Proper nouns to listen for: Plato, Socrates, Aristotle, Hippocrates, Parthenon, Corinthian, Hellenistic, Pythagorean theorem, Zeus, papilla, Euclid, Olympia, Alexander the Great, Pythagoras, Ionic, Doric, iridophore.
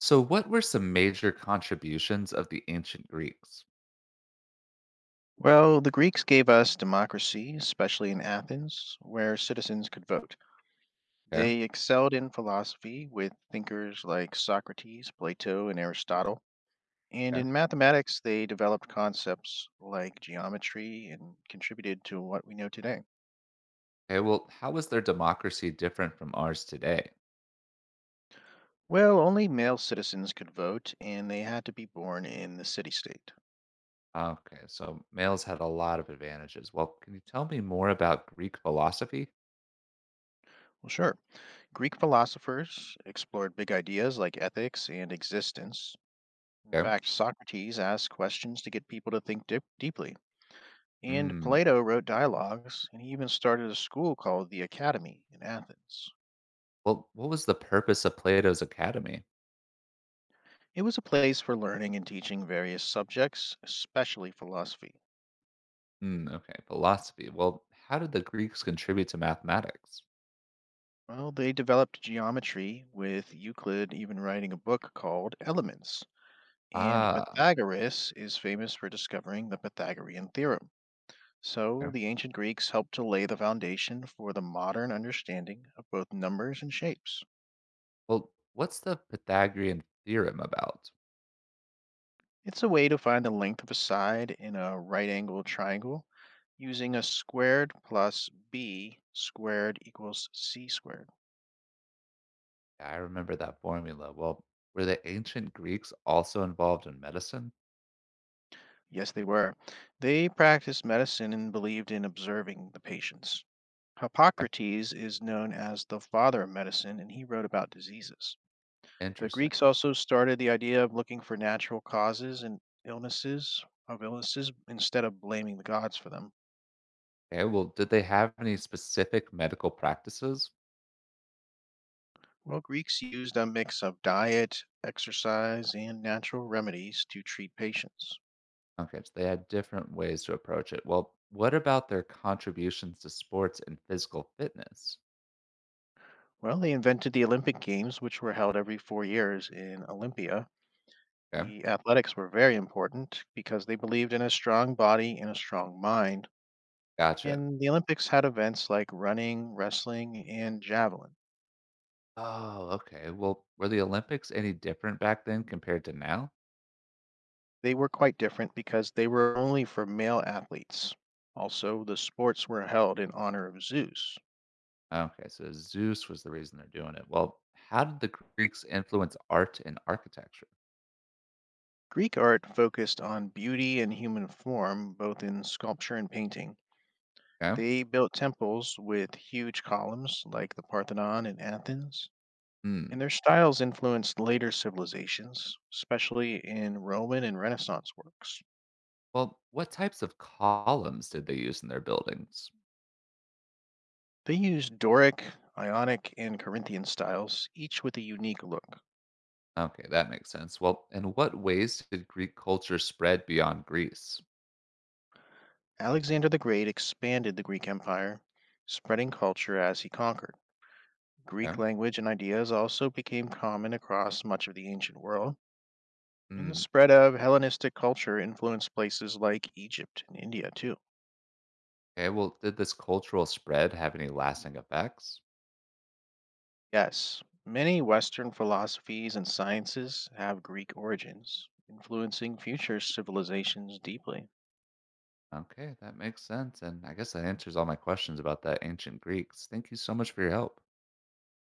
So, what were some major contributions of the ancient Greeks? Well, the Greeks gave us democracy, especially in Athens, where citizens could vote. Okay. Okay. They excelled in philosophy with thinkers like Socrates, Plato, and Aristotle. And in mathematics, they developed concepts like geometry and contributed to what we know today. Okay. Well, how was their democracy different from ours today? Well, only male citizens could vote, and they had to be born in the city state. Okay. So, males had a lot of advantages. Well, can you tell me more about Greek philosophy? Well, sure. Greek philosophers explored big ideas like ethics and existence. In Okay. fact, Socrates asked questions to get people to think deeply. And Mm. Plato wrote dialogues, and he even started a school called the Academy in Athens. Well, what was the purpose of Plato's academy? It was a place for learning and teaching various subjects, especially philosophy. Mm, okay. Philosophy. Well, how did the Greeks contribute to mathematics? Well, they developed geometry, with Euclid even writing a book called Elements. And Ah. Pythagoras is famous for discovering the Pythagorean theorem. So Okay. the ancient Greeks helped to lay the foundation for the modern understanding of both numbers and shapes. Well, what's the Pythagorean theorem about? It's a way to find the length of a side in a right angle triangle using a squared plus b squared equals c squared. I remember that formula. Well, were the ancient Greeks also involved in medicine? Yes, they were. They practiced medicine and believed in observing the patients. Okay. Hippocrates is known as the father of medicine, and he wrote about diseases. The Interesting. Greeks also started the idea of looking for natural causes and illnesses instead of blaming the gods for them. Okay, well, did they have any specific medical practices? Well, Greeks used a mix of diet, exercise, and natural remedies to treat patients. Okay, so they had different ways to approach it. Well, what about their contributions to sports and physical fitness? Well, they invented the Olympic Games, which were held every 4 years in Olympia. Okay, The athletics were very important because they believed in a strong body and a strong mind. gotcha. And the Olympics had events like running, wrestling, and javelin. Oh, okay. Well, were the Olympics any different back then compared to now? They were quite different because they were only for male athletes. Also, the sports were held in honor of Zeus. Okay, so Zeus was the reason they're doing it. Well, how did the Greeks influence art and architecture? Greek art focused on beauty and human form, both in sculpture and painting. Okay. They built temples with huge columns, like the Parthenon in Athens, Hmm. and their styles influenced later civilizations, especially in Roman and Renaissance works. Well, what types of columns did they use in their buildings? They used Doric, Ionic, and Corinthian styles, each with a unique look. Okay, that makes sense. Well, in what ways did Greek culture spread beyond Greece? Alexander the Great expanded the Greek Empire, spreading culture as he conquered. Greek Okay. language and ideas also became common across much of the ancient world. And the Mm, spread of Hellenistic culture influenced places like Egypt and India, too. okay, well, did this cultural spread have any lasting effects? Yes, many Western philosophies and sciences have Greek origins, influencing future civilizations deeply. Okay, that makes sense. And I guess that answers all my questions about that ancient Greeks. Thank you so much for your help.